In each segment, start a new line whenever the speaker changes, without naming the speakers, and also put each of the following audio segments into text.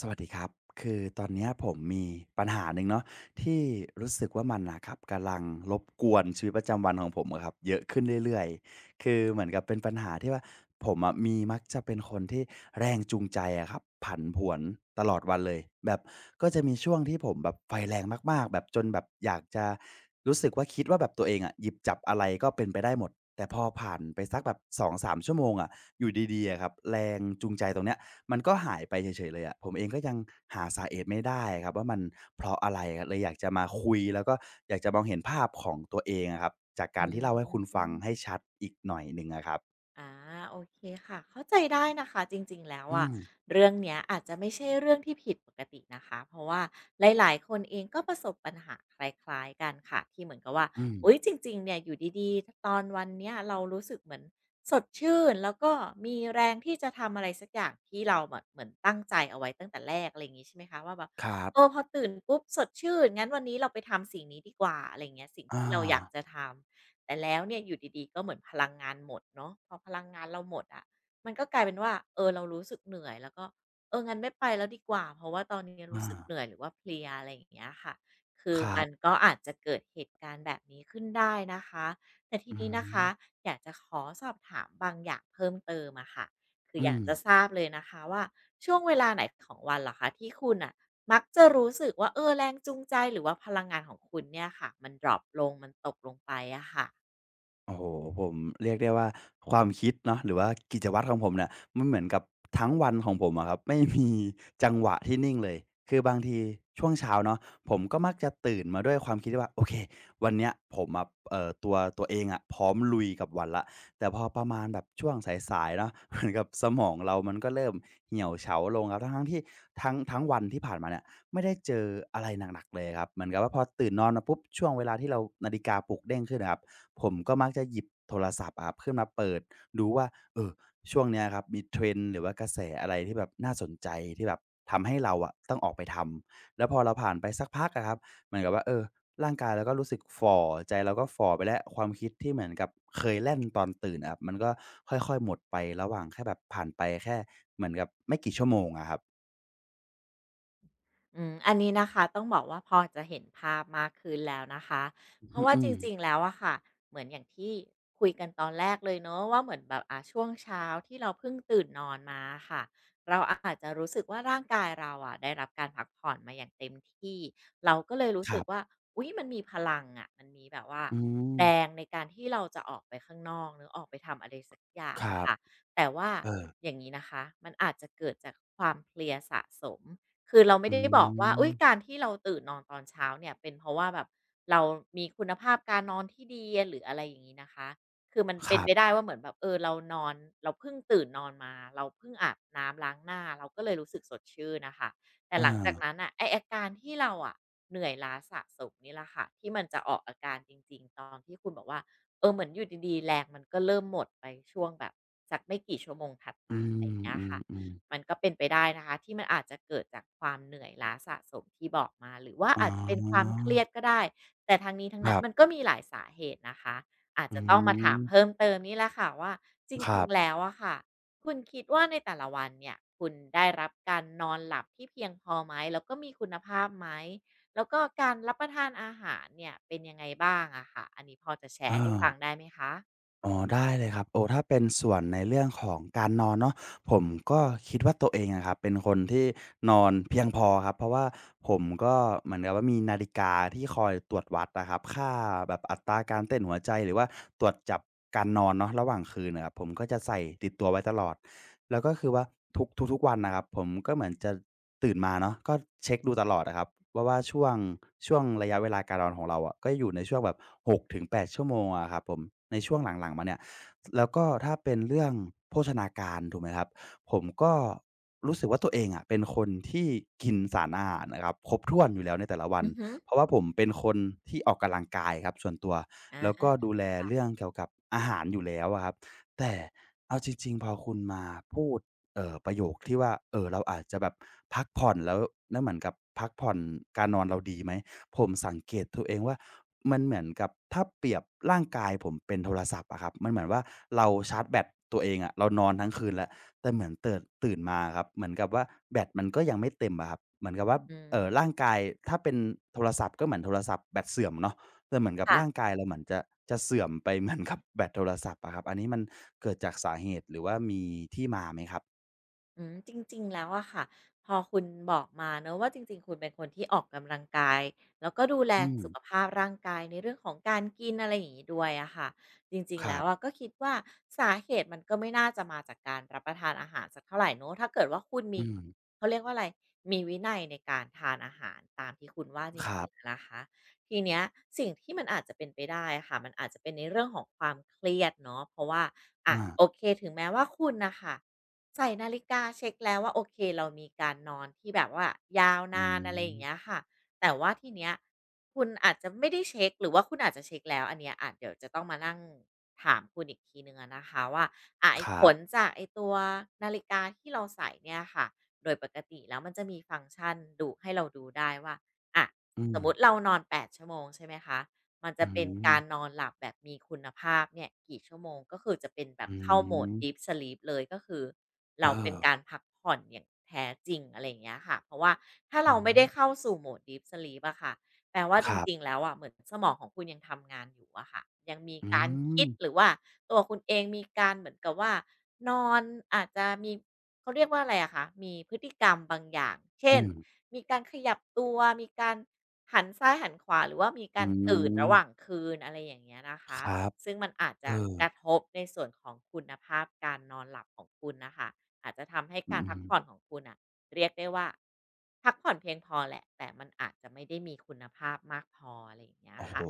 สวัสดีครับ คือตอนเนี้ยผมมีปัญหาหนึ่งเนาะที่รู้สึกว่ามันนะครับกำลังรบกวนชีวิตประจำวันของผมอะครับเยอะขึ้นเรื่อยๆคือเหมือนกับเป็นปัญหาที่ว่าผมอะมีมักจะเป็นคนที่แรงจูงใจอะครับผันผวนตลอดวันเลยแบบก็จะมีช่วงที่ผมแบบไฟแรงมากๆแบบจนแบบอยากจะรู้สึกว่าคิดว่าแบบตัวเองอะหยิบจับอะไรก็เป็นไปได้หมดแต่พอผ่านไปสักแบบสองสามชั่วโมงอะอยู่ดีๆอะครับแรงจูงใจตรงเนี้ย มันก็หายไปเฉยๆเลยอะ ผมเองก็ยังหาสาเหตุไม่ได้ครับว่ามันเพราะอะไรอะเลยอยากจะมาคุยแล้วก็อยากจะมองเห็นภาพของตัวเองอะครับ จากกา
อื
รที่เล่าให้คุณฟังให้
ม
ชัดอีกหน่อยหนึ่งอะครับ
อาโอเคค่ะเข้าใจได้นะคะจริงๆแล้ว
อื
อะ
ม
เรื่องเนี้ยอาจจะไม่ใช่เรื่องที่ผิดปกตินะคะเพราะว่าหลายๆคนเองก็ประสบปัญหาคล้ายๆกันค่ะที่เหมือนกับว่า
อืม
อุ๊ยจริงๆเนี่ยอยู่ดีๆตอนวันเนี้ยเรารู้สึกเหมือนสดชื่นแล้วก็มีแรงที่จะทำอะไรสักอย่างที่เราแบบเหมือนตั้งใจเอาไว้ตั้งแต่แรกอะไรอย่างงี้ใช่ไหมคะว่าแบบ
ครั
เออพ
บ
อตื่นปุ๊บสดชื่นงั้นวันนี้เราไปทำสิ่งนี้ดีกว่าอะไรอย่างเงี้ยสิ่ง
อา
ที่เราอยากจะทำ แต่แล้วเนี่ยอยู่ดีๆก็เหมือนพลังงานหมดเนาะพอพลังงานเราหมดอะะมันก็กลายเป็นว่าเออเรารู้สึกเหนื่อยแล้วก็เอองั้นไม่ไปแล้วดีกว่าเพราะว่าตอนนี้รู้
อา
สึกเหนื่อยหรือว่าเพลียอะไรอย่างเงี้ยค่ะคือ
ครั
มัน
บ
ก็อาจจะเกิดเหตุการณ์แบบนี้ขึ้นได้นะคะแต่ที
อื
นี้นะ
ม
คะอยากจะขอสอบถามบางอย่างเพิ่มเติมอะค่ะคือ
อื
อยา
ม
กจะทราบเลยนะคะว่าช่วงเวลาไหนของวันเหรอคะที่คุณอ่ะมักจะรู้สึกว่าเออแรงจูงใจหรือว่าพลังงานของคุณเนี่ยค่ะมันดรอปลงมันตกลงไปอะค่ะ
โอ้โหผมเรียกได้ว่าความคิดเนาะหรือว่ากิจวัตรของผมเนี่ยมันเหมือนกับทั้งวันของผมอะครับไม่มีจังหวะที่นิ่งเลยคือบางทีช่วงเช้าเนาะผมก็มักจะตื่นมาด้วยความคิดที่ว่าโอเควันเนี้ยผมอะตัวเองอะพร้อมลุยกับวันละแต่พอประมาณแบบช่วงสายๆเนาะ เหมือนกับสมองเรามันก็เริ่มเหี่ยวเฉาลงครับทั้งๆที่ทั้งวันที่ผ่านมาเนี่ยไม่ได้เจออะไรหนักๆเลยครับเหมือนกับว่าพอตื่นนอนมาปุ๊บช่วงเวลาที่เรานาฬิกาปลุกเด้งขึ้นนะครับ ผมก็มักจะหยิบโทรศัพท์อะครับขึ้นมาเปิดดูว่าเออช่วงเนี้ยครับมี trend หรือว่ากระแสอะไรที่แบบน่าสนใจที่แบบทำให้เราอะต้องออกไปทำแล้วพอเราผ่านไปสักพักอะครับเหมือนกับว่าเออร่างกายเราก็รู้สึกฝ่อใจเราก็ฝ่อไปแล้วความคิดที่เหมือนกับเคยแล่นตอนตื่นอะครับมันก็ค่อยๆหมดไประหว่างแค่แบบผ่านไปแค่เหมือนกับไม่กี่ชั่วโมงอะครับ
อืมอันนี้นะคะต้องบอกว่าพอจะเห็นภาพมากขึ้นแล้วนะคะ
อื
เพราะ
อ
ว่า
อื
จ
ม
ริงๆแล้วอะค่ะเหมือนอย่างที่คุยกันตอนแรกเลยเนาะว่าเหมือนแบบอ่ะช่วงเช้าที่เราเพิ่งตื่นนอนมาอค่ะเราอาจจะรู้สึกว่าร่างกายเราอะได้รับการพักผ่อนมาอย่างเต็มที่เราก็เลยรู้
ค
สึ
รั
กว่า
บ
อุ๊ยมันมีพลังอะมันมีแบบว่า
อืม
แรงในการที่เราจะออกไปข้างนอกหรือออกไปทำอะไรสักอย่าง
ค
อะ
รับ
ค่ะแต่ว่า
เออ
อย่างนี้นะคะมันอาจจะเกิดจากความเพลียสะสม คือเราไม่
อื
ได้บอกว่า
ม
อุ้ยการที่เราตื่นนอนตอนเช้าเนี่ยเป็นเพราะว่าแบบเรามีคุณภาพการนอนที่ดีหรืออะไรอย่างนี้นะคะคือมัน
ค
เป็น
รั
ไปได้
บ
ว่าเหมือนแบบเออเรานอนเราเพิ่งตื่นนอนมาเราเพิ่งอาบน้ำล้างหน้าเราก็เลยรู้สึกสดชื่นนะค่ะแต่
เอา
หลังจากนั้นอ่ะไออาการที่เราอะเหนื่อยล้าสะสมนี่แหละค่ะที่มันจะออกอาการจริงๆตอนที่คุณบอกว่าเออเหมือนอยู่ดีๆแรงมันก็เริ่มหมดไปช่วงแบบสักไม่กี่ชั่วโมงถัด
อื
มาอะไรอย่างเงี้ยค่ะ
มๆ
มั
ๆ
นก็เป็นไปได้นะคะที่มันอาจจะเกิดจากความเหนื่อยล้าสะสมที่บอกมาหรือว่า
อ๋
อาจจะเป็นความ
อ
เครียดก็ได้แต่ทั้งนี้ทั้ง
ค
นั้
รั
นมันก็
บ
มีหลายสาเหตุนะคะอาจ
อื
จะต้องมาถา
ม
มเพิ่มเติมนี่แหละค่ะว่าจ
ค
ริ
รั
ง
บ
ๆแล้วอะค่ะคุณคิดว่าในแต่ละวันเนี่ยคุณได้รับการนอนหลับที่เพียงพอไหมแล้วก็มีคุณภาพไหมแล้วก็การรับประทานอาหารเนี่ยเป็นยังไงบ้างอะค่ะอันนี้พอจะแช
เอ
ร์ให้
อ
ฟังได้ไหมคะ
อ๋อได้เลยครับโอ้ถ้าเป็นส่วนในเรื่องของการนอนเนาะผมก็คิดว่าตัวเองอะครับเป็นคนที่นอนเพียงพอครับเพราะว่าผมก็เหมือนกับว่ามีนาฬิกาที่คอยตรวจวัดอะครับค่าแบบอัตราการเต้นหัวใจหรือว่าตรวจจับการนอนเนาะระหว่างคืนน่ะครับผมก็จะใส่ติดตัวไว้ตลอดแล้วก็คือว่าทุกทุกๆวันน่ะครับผมก็เหมือนจะ ตื่นมาเนาะก็เช็กดูตลอดอะครับว่าช่วงระยะเวลาการนอนของเราอะก็อยู่ในช่วงแบบ6 ถึง 8 ชั่วโมงอะครับผมในช่วงหลังๆมาเนี่ยแล้วก็ถ้าเป็นเรื่องโภชนาการถูกไหมครับผมก็รู้สึกว่าตัวเองอะเป็นคนที่กินสารอาหารนะครับครบถ้วนอยู่แล้วในแต่ละวัน
อือฮึ
เพราะว่าผมเป็นคนที่ออกกำลังกายครับส่วนตัวแล้วก็
อา
ดูแลเรื่องเกี่ยวกับอาหารอยู่แล้วอะครับแต่เอาจริงๆพอคุณมาพูด ประโยคที่ว่าเราอาจจะแบบพักผ่อนแล้วแล้วเหมือนกับพักผ่อนการนอนเราดีไหมผมสังเกตตัวเองว่ามันเหมือนกับถ้าเปรียบร่างกายผมเป็นโทรศัพท์อะครับมันเหมือนว่าเราชาร์จแบตตัวเองอะเรานอนทั้งคืนแล้วแต่เหมือนเติ่นตื่นมาอะครับเหมือนกับว่าแบตมันก็ยังไม่เต็มอะครับเหมือนกับว่า
อื
ร่า
ม
งกายถ้าเป็นโทรศัพท์ก็เหมือนโทรศัพท์แบตเสื่อมเนาะแต่เหมือนกับ
ค่ะ
ร่างกายเราเหมือนจะเสื่อมไปเหมือนกับแบตโทรศัพท์อะครับอันนี้มันเกิดจากสาเหตุหรือว่ามีที่มาไหมครับ
อืมจริงๆแล้วอะค่ะพอคุณบอกมาเนาะว่าจริงๆคุณเป็นคนที่ออกกำลังกายแล้วก็ดูแล
อืม
สุขภาพร่างกายในเรื่องของการกินอะไรอย่างงี้ด้วยอะค่ะจริง
ค
ๆ
รั
แล้ว
บ
อะก็คิดว่าสาเหตุมันก็ไม่น่าจะมาจากการรับประทานอาหารสักเท่าไหรเนาะถ้าเกิดว่าคุณมี
อืม
เขาเรียกว่าอะไรมีวินัยในการทานอาหารตามที่คุณว่าจ
ครั
ริงๆอะ
บ
นะคะทีเนี้ยสิ่งที่มันอาจจะเป็นไปได้ค่ะมันอาจจะเป็นในเรื่องของความเครียดเนาะเพราะว่าอะ
อา
โอเคถึงแม้ว่าคุณนะคะ ใส่นาฬิกาเช็คแล้วว่าโอเคเรามีการนอนที่แบบว่ายาว
อื
นานอะไรอย่างเงี้ย
ม
ค่ะแต่ว่าทีเนี้ยคุณอาจจะไม่ได้เช็คหรือว่าคุณอาจจะเช็คแล้วอันเนี้ยอาจเดี๋ยวจะต้องมานั่งถามคุณอีกทีหนึ่งอะนะคะว่าอ่า
ค
ไอ้ผ
รั
ล
บ
จากไอ้ตัวนาฬิกาที่เราใส่เนี่ยค่ะโดยปกติแล้วมันจะมีฟังก์ชันดูให้เราดูได้ว่าอะ
อื
ส
ม
มมุติเรานอน8 ชั่วโมงใช่ไหมคะมัน
อื
จะเป็น
ม
การนอนหลับแบบมีคุณภาพเนี่ยกี่ชั่วโมงก็คือจะเป็นแบบ
อื
เข้าโหมด
ม
Deep Sleep เลยก็คือ
เอ
เราเป็น
อ
การพักผ่อนอย่างแท้จริงอะไรอย่างเงี้ยค่ะเพราะว่าถ้า
อื
เราไม่ได้
ม
เข้าสู่โหมด Deep Sleep อะค่ะแปลว่า
ค
จ
รั
ริงๆ
บ
แล้วอะเหมือนสมองของคุณยังทำงานอยู่อะค่ะยังมี
อื
การ
ม
คิดหรือว่าตัวคุณเองมีการเหมือนกับว่านอนอาจจะมีเขาเรียกว่าอะไรอะคะมีพฤติกรรมบางอย่างเช่
อื
น
ม
มีการขยับตัวมีการหันซ้ายหันขวาหรือว่ามี
อื
การตื่นระหว่าง
ม
คืนอะไรอย่างเงี้ยนะ
ค
คะ
รับ
ซึ่งมันอาจ
เอ
จะ
อ
กระทบในส่วนของคุณภาพการนอนหลับของคุณนะคะ อาจจะทำให้
อื
การพักผ่อน
ม
ของคุณอ่ะเรียกได้ว่าพักผ่อนเพียงพอแหละแต่มันอาจจะไม่ได้มีคุณภาพมากพออะไรอย่างเงี้ย
โอ้โห
ค่ะ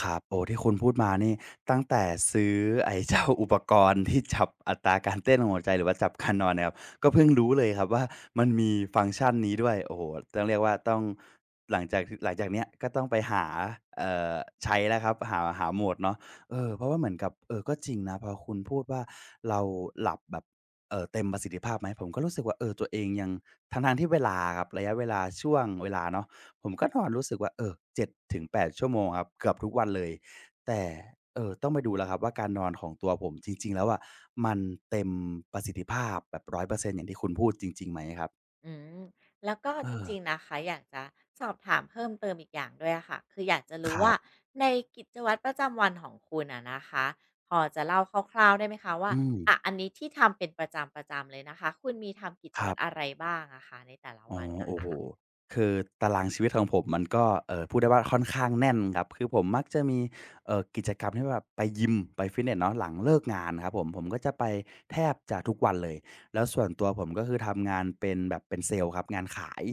ครับโอ้ที่คุณพูดมานี่ตั้งแต่ซื้อไอ้เจ้าอุปกรณ์ที่จับอัตราการเต้นของหัวใจหรือว่าจับการนอนเนี่ยครับก็เพิ่งรู้เลยครับว่ามันมีฟังก์ชันนี้ด้วยโอ้โฮต้องเรียกว่าต้องหลังจากเนี้ยก็ต้องไปหาเอ่อใช้แล้วครับหาโหมดเนาะเออเพราะว่าเหมือนกับเออก็จริงนะพอคุณพูดว่าเราหลับแบบเต็มประสิทธิภาพไหมผมก็รู้สึกว่าเออตัวเองยังทั้งๆที่เวลาอะครับระยะเวลาช่วงเวลาเนาะ ผมก็นอนรู้สึกว่าเออ7-8ชั่วโมงครับเกือบทุกวันเลยแต่ต้องไปดูแล้วครับว่าการนอนของตัวผมจริงๆแล้วอะมันเต็มประสิทธิภาพแบบ100%อยเปอร์เซ็นต์อย่างที่คุณพูดจริงๆไหมครับ
อืมแล้วก็
เอ
จ
อ
ริงๆนะคะอยากจะสอบถามเพิ่มเติมอีกอย่างด้วยอะค่ะคืออยากจะ
ค
รู้
รั
ว่า
บ
ในกิจวัตรประจำวันของคุณอะนะคะพอจะเล่าคร่าวๆได้ไหมคะว่า
อืม
อะอันนี้ที่ทำเป็นประจำๆเลยนะคะคุณมีทำกิจ
ครั
วัตรอะ
บ
ไรบ้างอะคะในแต่ละ
อ๋อ
วัน
โอ้โฮคือตารางชีวิตของผมมันก็พูดได้ว่าค่อนข้างแน่นครับคือผมมักจะมีกิจกรรมที่แบบไปยิมไปฟิตเนสเนาะหลังเลิกงานครับผมก็จะไปแทบจะทุกวันเลยแล้วส่วนตัวผมก็คือทำงานเป็นแบบเป็นเซลส์ครับงานขาย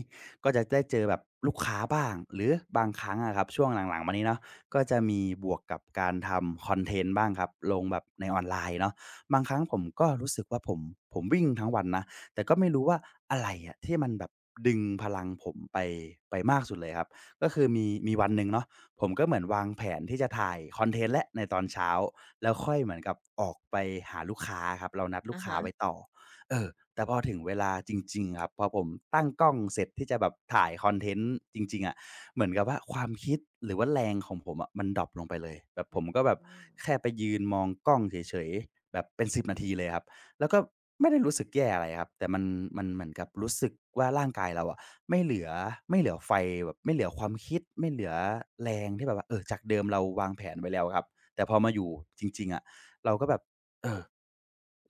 ก็จะได้เจอแบบลูกค้าบ้างหรือบางครั้งอะครับช่วงหลังๆมานี้เนาะก็จะมีบวกกับการทำคอนเทนต์บ้างครับลงแบบในออนไลน์เนาะบางครั้งผมก็รู้สึกว่าผมวิ่งทั้งวันนะ แต่ก็ไม่รู้ว่าอะไรอะที่มันแบบดึงพลังผมไปมากสุดเลยครับก็คือมีวันหนึ่งเนาะผมก็เหมือนวางแผนที่จะถ่ายคอนเทนต์และในตอนเช้าแล้วค่อยเหมือนกับออกไปหาลูกค้าครับเรานัดลูก
อะ
ค้าไว้
ฮะ
ต่อเออแต่พอถึงเวลาจริงๆครับพอผมตั้งกล้องเสร็จที่จะแบบถ่ายคอนเทนต์จริงๆอะะเหมือนกับว่าความคิดหรือว่าแรงของผมอะะมันดรอปลงไปเลยแบบ
อ
ผมก็แบบ
ืม
แค่ไปยืนมองกล้องเฉยๆแบบเป็นสิบนาทีเลยครับ แล้วก็ไม่ได้รู้สึกแย่อะไรครับแต่มันเหมือนกับรู้สึกว่าร่างกายเราอะไม่เหลือไม่เหลือไฟแบบไม่เหลือความคิดไม่เหลือแรงที่แบบว่าเออจากเดิมเราวางแผนไว้แล้วครับแต่พอมาอยู่จริงๆอะเราก็แบบเออ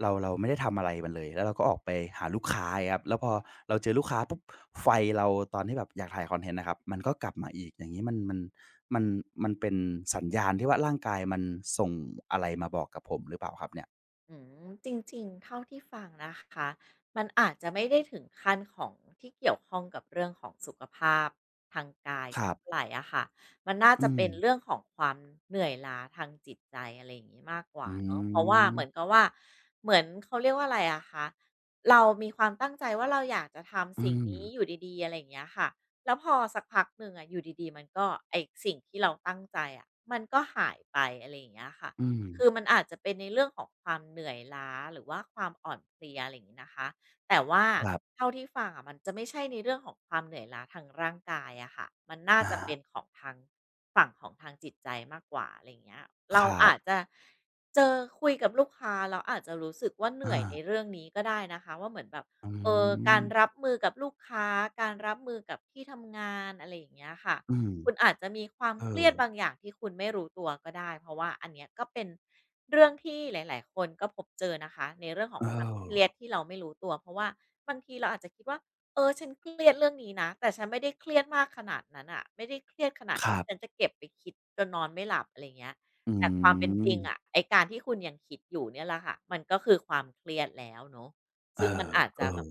เราไม่ได้ทำอะไรมันเลยแล้วเราก็ออกไปหาลูกค้า่ครับแล้วพอเราเจอลูกค้าปุ๊บไฟเราตอนที่แบบอยากถ่ายคอนเทนต์นะครับมันก็กลับมาอีกอย่างนี้มันมันเป็นสัญญาณที่ว่าร่างกายมันส่งอะไรมาบอกกับผมหรือเปล่าครับเนี่ย
อืมจริงๆเท่าที่ฟังนะคะมันอาจจะไม่ได้ถึงขั้นของที่เกี่ยวข้องกับเรื่องของสุขภาพทางกาย
ค
สัก
รั
เท่า
บ
ไหรอะค่ะมันน่า
อื
จะ
ม
เป็นเรื่องของความเหนื่อยล้าทางจิตใจอะไรอย่างงี้มากก
อื
ว่าเนาะเพราะว่า
ม
เหมือนกับว่าเหมือนเขาเรียกว่าอะไรอะคะเรามีความตั้งใจว่าเราอยากจะทำ
อื
สิ่ง
ม
นี้อยู่ดีๆอะไรอย่างเงี้ยค่ะแล้วพอสักพักหนึ่งอะอยู่ดีๆมันก็ไอสิ่งที่เราตั้งใจอะมันก็หายไปอะไรอย่างเงี้ยค่ะ
อืม
คือมันอาจจะเป็นในเรื่องของความเหนื่อยล้าหรือว่าความอ่อนเพลียอะไรอย่างนี้นะคะแต่ว่า
ครับ
เท่าที่ฟังอะมันจะไม่ใช่ในเรื่องของความเหนื่อยล้าทางร่างกายอะค่ะมันน่า
อา
จะเป็นของทางฝั่งของทางจิตใจมากกว่าอะไรอย่างเงี้ย
ค
เรา
รั
อาจ
บ
จะเจอคุยกับลูกค้าเราอาจจะรู้สึกว่าเหนื่
อา
อยในเรื่องนี้ก็ได้นะคะว่าเหมือนแบบ
อื
เออกา
ม
รรับมือกับลูกค้าการรับมือกับที่ทำงานอะไรอย่างเงี้ยค่ะ
อืม
คุณอาจจะมีความ
เออ
เครียดบางอย่างที่คุณไม่รู้ตัวก็ได้เพราะว่าอันเนี้ยก็เป็นเรื่องที่หลายๆคนก็พบเจอนะคะในเรื่องขอ
เอ
ง
อ
ความเครียดที่เราไม่รู้ตัวเพราะว่าบางทีเราอาจจะคิดว่าเออฉันเครียดเรื่องนี้นะแต่ฉันไม่ได้เครียดมากขนาดนั้นน่ะไม่ได้เครียดขนาด
ค
ที่
รั
ฉัน
บ
จะเก็บไปคิดจนนอนไม่หลับอะไรอย่างเงี้ย
อื
แต่ความเป็นจริงอะ
ม
ไอ้การที่คุณยังคิดอยู่เนี่ยแหละค่ะมันก็คือความเครียดแล้วเนาะ
เอ
ซึ่งมัน
อ
อาจ
เอ
จะแบ
อ
บ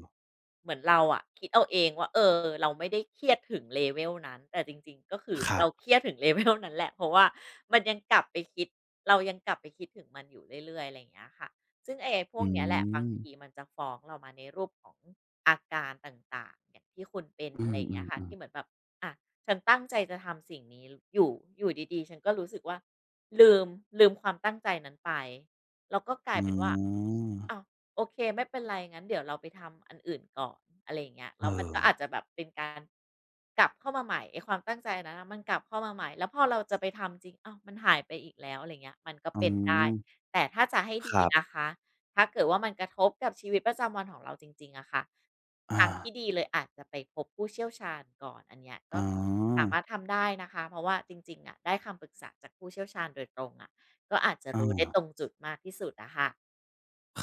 เหมือนเราอะคิดเอาเองว่าเออเราไม่ได้เครียดถึง level นั้นแต่จริงๆก็คือ
ครั
เราเค
บ
รียดถึง level นั้นแหละเพราะว่ามันยังกลับไปคิดเรายังกลับไปคิดถึงมันอยู่เรื่อยๆอะไรอย่างเงี้ยค่ะซึ่งไอ้พว
อื
กเนี้ยแหละบาง
ม
ทีมันจะฟ้องเรามาในรูปของอาการต่างๆอย่างที่คุณเป็น
อื
อะไรอย่างเงี้ยค่ะ
มๆ
ที่เหมือน
ๆ
แบบอะฉันตั้งใจจะทำสิ่งนี้อยู่อยู่ดีๆฉันก็รู้สึกว่าลืมลืมความตั้งใจนั้นไปแล้วก็กลา
อ๋
ยเป็นว่า
อ
อ้าว โอเคไม่เป็นไรงั้นเดี๋ยวเราไปทำอันอื่นก่อนอะไรอย่างเงี้ย
เอ
แล้วมัน
อ
ก็อาจจะแบบเป็นการกลับเข้ามาใหม่ไอ้ความตั้งใจอันนั้นน่ะมันกลับเข้ามาใหม่แล้วพอเราจะไปทำจริงอ้าวมันหายไปอีกแล้วอะไรเงี้ยมันก็
อื
เป็นได้
ม
แต่ถ้าจะให้
ค
ดี
รั
นะ
บ
คะถ้าเกิดว่ามันกระทบกับชีวิตประจำวันของเราจริงๆอะค่ะ
อา
ทางที่ดีเลยอาจจะไปพบผู้เชี่ยวชาญก่อนอันเนี้ย
อ๋
ก็สา
อ
มารถทำได้นะคะเพราะว่าจริงๆอะได้คำปรึกษาจากผู้เชี่ยวชาญโดยตรงอะก็อาจจะ
เอ
รู้
อ
ได้ตรงจุดมากที่สุดอะค่ะ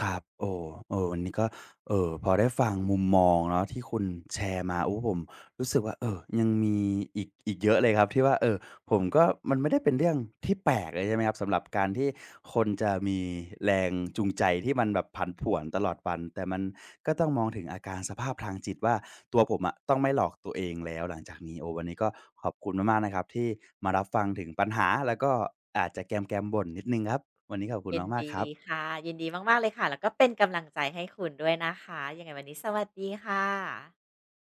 ครับโอ้เออวันนี้ก็เออพอได้ฟังมุมมองเนาะที่คุณแชร์มาโอ้ผมรู้สึกว่ายังมีอีกเยอะเลยครับที่ว่าเออผมก็มันไม่ได้เป็นเรื่องที่แปลกเลยใช่ไหมครับสำหรับการที่คนจะมีแรงจูงใจที่มันแบบผันผวนตลอดวันแต่มันก็ต้องมองถึงอาการสภาพทางจิตว่าตัวผมอะต้องไม่หลอกตัวเองแล้วหลังจากนี้โอ้วันนี้ก็ขอบคุณมากๆนะครับที่มารับฟังถึงปัญหาแล้วก็อาจจะแกมๆบ่นนิดหนึ่งครับวันนี้ขอบคุณ
ยิน
มากๆ
ดี
ครับ
ค่ะยินดีมากๆเลยค่ะแล้วก็เป็นกำลังใจให้คุณด้วยนะคะยังไงวันนี้สวัสดีค่ะ